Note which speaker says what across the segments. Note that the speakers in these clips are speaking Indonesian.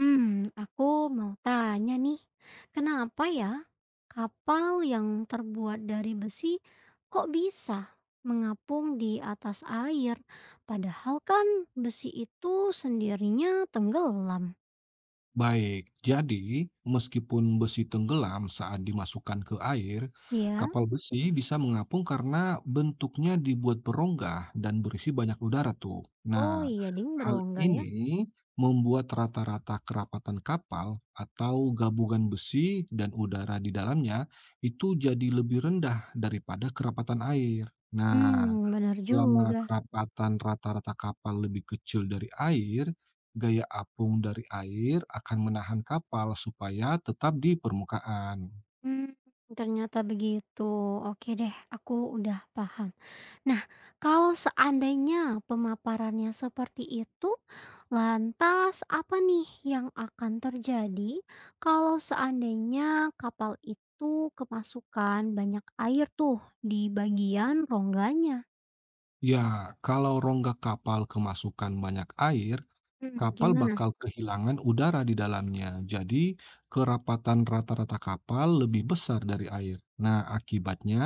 Speaker 1: Hmm, aku mau tanya nih, kenapa ya kapal yang terbuat dari besi kok bisa mengapung di atas air, padahal kan besi itu sendirinya tenggelam?
Speaker 2: Baik, jadi meskipun besi tenggelam saat dimasukkan ke air,
Speaker 1: Ya,
Speaker 2: kapal besi bisa mengapung karena bentuknya dibuat berongga dan berisi banyak udara tuh.
Speaker 1: oh
Speaker 2: Nah,
Speaker 1: iya ding
Speaker 2: hal
Speaker 1: berongga ya.
Speaker 2: ini membuat rata-rata kerapatan kapal atau gabungan besi dan udara di dalamnya itu jadi lebih rendah daripada kerapatan air. Nah,
Speaker 1: Hmm, benar
Speaker 2: selama
Speaker 1: juga.
Speaker 2: kerapatan rata-rata kapal lebih kecil dari air, gaya apung dari air akan menahan kapal supaya tetap di permukaan.
Speaker 1: Hmm, ternyata begitu. Oke deh, aku udah paham. Nah, kalau seandainya pemaparannya seperti itu, lantas apa nih yang akan terjadi kalau seandainya kapal itu kemasukan banyak air tuh di bagian rongganya?
Speaker 2: Ya, kalau rongga kapal kemasukan banyak air,
Speaker 1: Mhm.
Speaker 2: kapal
Speaker 1: Gimana?
Speaker 2: bakal kehilangan udara di dalamnya, jadi kerapatan rata-rata kapal lebih besar dari air. Nah, akibatnya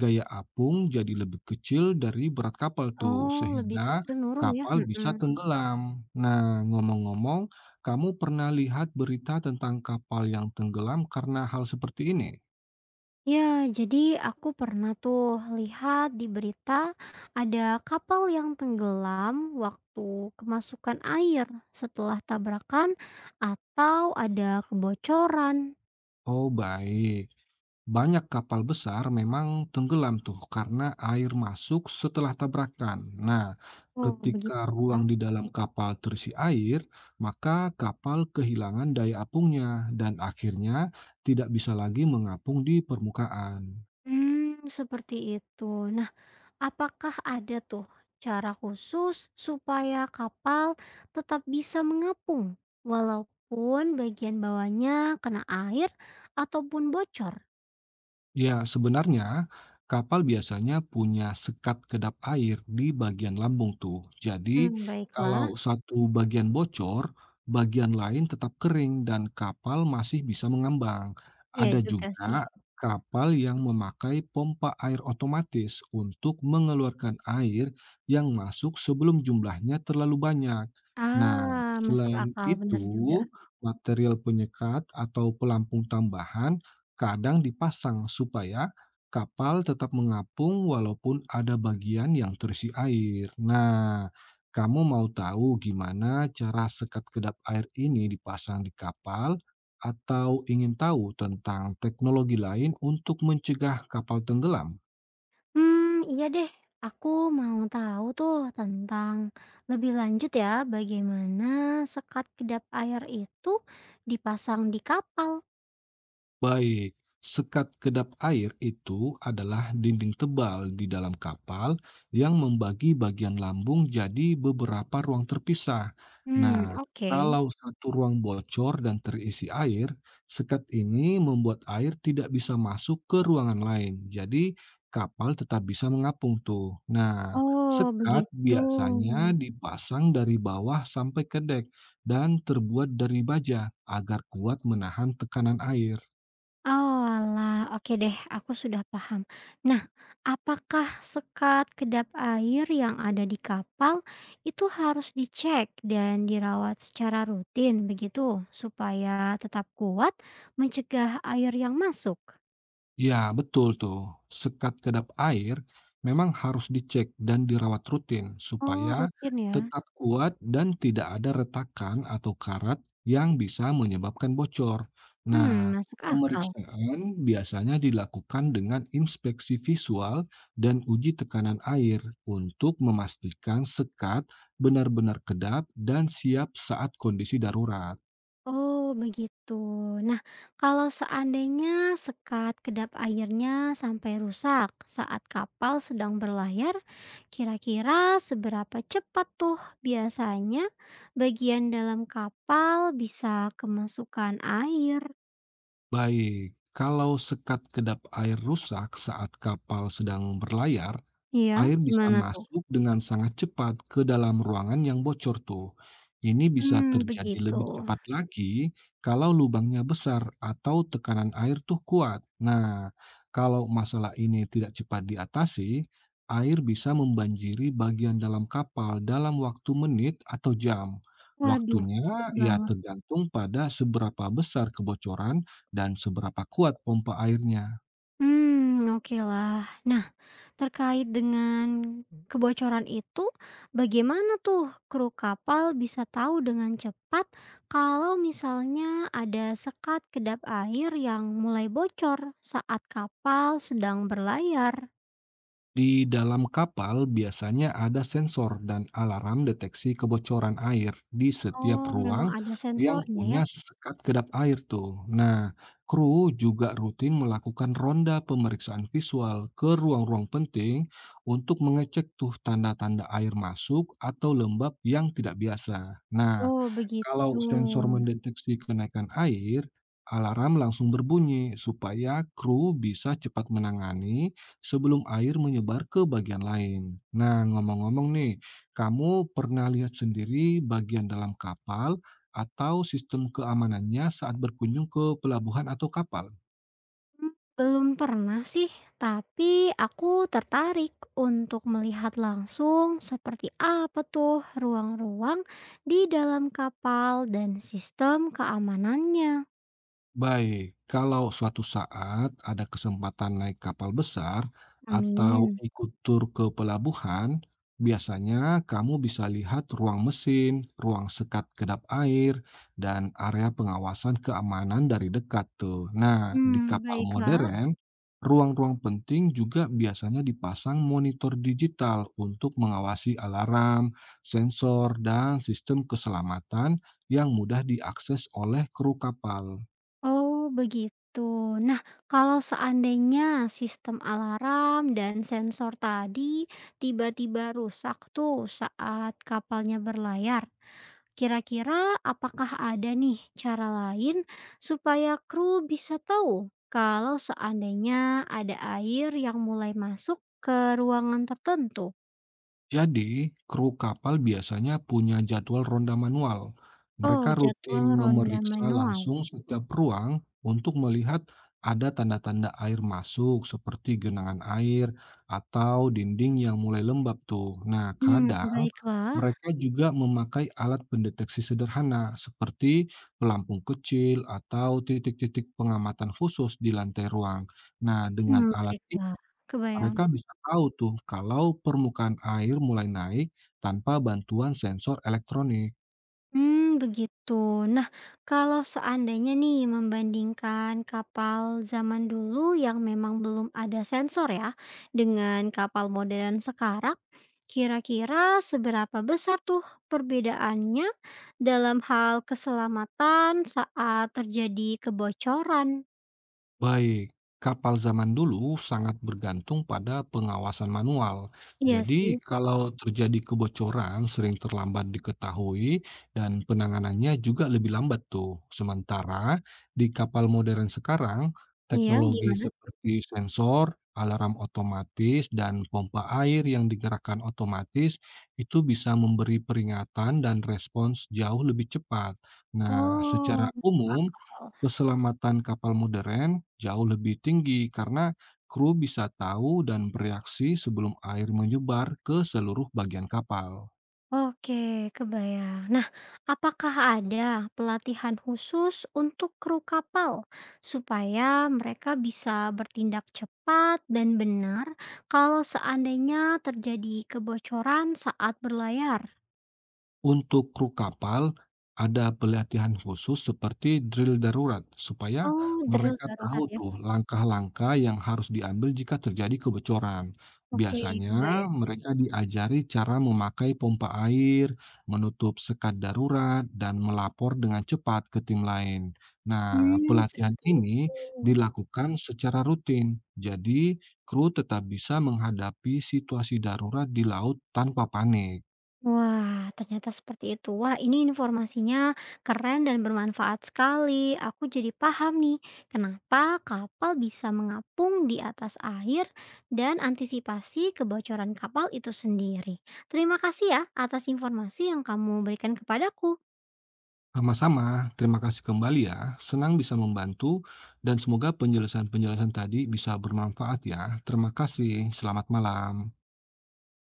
Speaker 2: gaya apung jadi lebih kecil dari berat kapal tuh,
Speaker 1: Oh, lebih
Speaker 2: sehingga
Speaker 1: kecil nurun ya?
Speaker 2: kapal bisa
Speaker 1: Mhm.
Speaker 2: tenggelam. Nah, ngomong-ngomong, kamu pernah lihat berita tentang kapal yang tenggelam karena hal seperti ini?
Speaker 1: Ya, jadi aku pernah tuh lihat di berita ada kapal yang tenggelam waktu kemasukan air setelah tabrakan atau ada kebocoran.
Speaker 2: Oh, baik. Banyak kapal besar memang tenggelam tuh karena air masuk setelah tabrakan. Nah,
Speaker 1: Oh, begitu
Speaker 2: ketika ruang
Speaker 1: ya.
Speaker 2: di dalam kapal terisi air, maka kapal kehilangan daya apungnya dan akhirnya tidak bisa lagi mengapung di permukaan.
Speaker 1: Hmm, seperti itu. Nah, apakah ada tuh cara khusus supaya kapal tetap bisa mengapung walaupun bagian bawahnya kena air ataupun bocor?
Speaker 2: Ya, sebenarnya kapal biasanya punya sekat kedap air di bagian lambung tuh. Jadi,
Speaker 1: Hmm, baiklah.
Speaker 2: kalau satu bagian bocor, bagian lain tetap kering dan kapal masih bisa mengambang.
Speaker 1: Ya
Speaker 2: Ada
Speaker 1: juga sih.
Speaker 2: juga kapal yang memakai pompa air otomatis untuk mengeluarkan air yang masuk sebelum jumlahnya terlalu banyak. Nah,
Speaker 1: Ah, masuk
Speaker 2: selain
Speaker 1: akal,
Speaker 2: itu,
Speaker 1: bener juga.
Speaker 2: material penyekat atau pelampung tambahan kadang dipasang supaya kapal tetap mengapung walaupun ada bagian yang terisi air. Nah, kamu mau tahu gimana cara sekat kedap air ini dipasang di kapal atau ingin tahu tentang teknologi lain untuk mencegah kapal tenggelam?
Speaker 1: Hmm, iya deh, aku mau tahu tuh tentang lebih lanjut ya, bagaimana sekat kedap air itu dipasang di kapal.
Speaker 2: Baik, sekat kedap air itu adalah dinding tebal di dalam kapal yang membagi bagian lambung jadi beberapa ruang terpisah.
Speaker 1: Hmm,
Speaker 2: Nah,
Speaker 1: oke.
Speaker 2: kalau satu ruang bocor dan terisi air, sekat ini membuat air tidak bisa masuk ke ruangan lain. Jadi, kapal tetap bisa mengapung tuh. Nah,
Speaker 1: Oh,
Speaker 2: sekat
Speaker 1: begitu.
Speaker 2: biasanya dipasang dari bawah sampai ke dek dan terbuat dari baja agar kuat menahan tekanan air.
Speaker 1: Oalah, oke deh, aku sudah paham. Nah, apakah sekat kedap air yang ada di kapal itu harus dicek dan dirawat secara rutin begitu supaya tetap kuat mencegah air yang masuk?
Speaker 2: Ya betul tuh. Sekat kedap air memang harus dicek dan dirawat rutin
Speaker 1: Oh,
Speaker 2: supaya
Speaker 1: rutin ya.
Speaker 2: tetap kuat dan tidak ada retakan atau karat yang bisa menyebabkan bocor.
Speaker 1: Hmm,
Speaker 2: Nah,
Speaker 1: masuk akal.
Speaker 2: pemeriksaan biasanya dilakukan dengan inspeksi visual dan uji tekanan air untuk memastikan sekat benar-benar kedap dan siap saat kondisi darurat.
Speaker 1: Oh, begitu. Nah, kalau seandainya sekat kedap airnya sampai rusak saat kapal sedang berlayar, kira-kira seberapa cepat tuh biasanya bagian dalam kapal bisa kemasukan air?
Speaker 2: Baik, kalau sekat kedap air rusak saat kapal sedang berlayar,
Speaker 1: Iya,
Speaker 2: air bisa
Speaker 1: gimana tuh?
Speaker 2: masuk dengan sangat cepat ke dalam ruangan yang bocor tuh. Ini bisa
Speaker 1: Hmm,
Speaker 2: terjadi
Speaker 1: begitu.
Speaker 2: lebih cepat lagi kalau lubangnya besar atau tekanan air tuh kuat. Nah, kalau masalah ini tidak cepat diatasi, air bisa membanjiri bagian dalam kapal dalam waktu menit atau jam.
Speaker 1: Waduh,
Speaker 2: Waktunya
Speaker 1: cepet
Speaker 2: ya
Speaker 1: banget.
Speaker 2: tergantung pada seberapa besar kebocoran dan seberapa kuat pompa airnya.
Speaker 1: Hmm, oke lah. Nah, terkait dengan kebocoran itu, bagaimana tuh kru kapal bisa tahu dengan cepat kalau misalnya ada sekat kedap air yang mulai bocor saat kapal sedang berlayar?
Speaker 2: Di dalam kapal biasanya ada sensor dan alarm deteksi kebocoran air di setiap
Speaker 1: Oh, memang
Speaker 2: ruang
Speaker 1: ada
Speaker 2: yang
Speaker 1: sensornya
Speaker 2: punya
Speaker 1: ya?
Speaker 2: sekat kedap air tuh. Nah, kru juga rutin melakukan ronda pemeriksaan visual ke ruang-ruang penting untuk mengecek tuh tanda-tanda air masuk atau lembab yang tidak biasa. Nah,
Speaker 1: Oh, begitu.
Speaker 2: kalau sensor mendeteksi kenaikan air, alarm langsung berbunyi supaya kru bisa cepat menangani sebelum air menyebar ke bagian lain. Nah, ngomong-ngomong nih, kamu pernah lihat sendiri bagian dalam kapal atau sistem keamanannya saat berkunjung ke pelabuhan atau kapal?
Speaker 1: Mmm, belum pernah sih, tapi aku tertarik untuk melihat langsung seperti apa tuh ruang-ruang di dalam kapal dan sistem keamanannya.
Speaker 2: Baik, kalau suatu saat ada kesempatan naik kapal besar atau
Speaker 1: Amin.
Speaker 2: ikut tur ke pelabuhan, biasanya kamu bisa lihat ruang mesin, ruang sekat kedap air, dan area pengawasan keamanan dari dekat tuh. Nah, di
Speaker 1: Hmm,
Speaker 2: kapal
Speaker 1: baiklah.
Speaker 2: modern, ruang-ruang penting juga biasanya dipasang monitor digital untuk mengawasi alarm, sensor, dan sistem keselamatan yang mudah diakses oleh kru kapal.
Speaker 1: Oh, begitu. Nah, kalau seandainya sistem alarm dan sensor tadi tiba-tiba rusak tuh saat kapalnya berlayar, kira-kira apakah ada nih cara lain supaya kru bisa tahu kalau seandainya ada air yang mulai masuk ke ruangan tertentu?
Speaker 2: Jadi, kru kapal biasanya punya jadwal ronda manual.
Speaker 1: Oh,
Speaker 2: Mereka rutin
Speaker 1: jadwal ronda
Speaker 2: memeriksa
Speaker 1: manual.
Speaker 2: langsung setiap ruang untuk melihat ada tanda-tanda air masuk seperti genangan air atau dinding yang mulai lembab tuh. Nah,
Speaker 1: Hmm,
Speaker 2: kadang
Speaker 1: baiklah.
Speaker 2: mereka juga memakai alat pendeteksi sederhana seperti pelampung kecil atau titik-titik pengamatan khusus di lantai ruang. Nah, dengan
Speaker 1: Hmm,
Speaker 2: alat ini
Speaker 1: baiklah. Kebayang.
Speaker 2: mereka bisa tahu tuh kalau permukaan air mulai naik tanpa bantuan sensor elektronik.
Speaker 1: Hmm, begitu. Nah, kalau seandainya nih membandingkan kapal zaman dulu yang memang belum ada sensor ya, dengan kapal modern sekarang, kira-kira seberapa besar tuh perbedaannya dalam hal keselamatan saat terjadi kebocoran?
Speaker 2: Baik, kapal zaman dulu sangat bergantung pada pengawasan manual.
Speaker 1: Iya
Speaker 2: Jadi,
Speaker 1: sih.
Speaker 2: kalau terjadi kebocoran sering terlambat diketahui dan penanganannya juga lebih lambat tuh. Sementara di kapal modern sekarang,
Speaker 1: Iya,
Speaker 2: teknologi
Speaker 1: gimana?
Speaker 2: seperti sensor, alarm otomatis, dan pompa air yang digerakkan otomatis itu bisa memberi peringatan dan respons jauh lebih cepat. Nah, secara
Speaker 1: Oh, masuk
Speaker 2: umum
Speaker 1: akal.
Speaker 2: keselamatan kapal modern jauh lebih tinggi karena kru bisa tahu dan bereaksi sebelum air menyebar ke seluruh bagian kapal.
Speaker 1: Oke, kebayang. Nah, apakah ada pelatihan khusus untuk kru kapal supaya mereka bisa bertindak cepat dan benar kalau seandainya terjadi kebocoran saat berlayar?
Speaker 2: Untuk kru kapal, ada pelatihan khusus seperti drill darurat, supaya
Speaker 1: Oh, drill
Speaker 2: mereka tahu
Speaker 1: darurat ya.
Speaker 2: tuh langkah-langkah yang harus diambil jika terjadi kebocoran.
Speaker 1: Oke,
Speaker 2: Biasanya
Speaker 1: kebayang.
Speaker 2: mereka diajari cara memakai pompa air, menutup sekat darurat, dan melapor dengan cepat ke tim lain. Nah,
Speaker 1: Hmm,
Speaker 2: pelatihan
Speaker 1: seperti
Speaker 2: ini
Speaker 1: itu.
Speaker 2: dilakukan secara rutin, jadi kru tetap bisa menghadapi situasi darurat di laut tanpa panik.
Speaker 1: Wah, ternyata seperti itu. Wah, ini informasinya keren dan bermanfaat sekali. Aku jadi paham nih, kenapa kapal bisa mengapung di atas air dan antisipasi kebocoran kapal itu sendiri. Terima kasih ya atas informasi yang kamu berikan kepadaku.
Speaker 2: Sama-sama, terima kasih kembali ya. Senang bisa membantu dan semoga penjelasan-penjelasan tadi bisa bermanfaat ya. Terima kasih, selamat malam.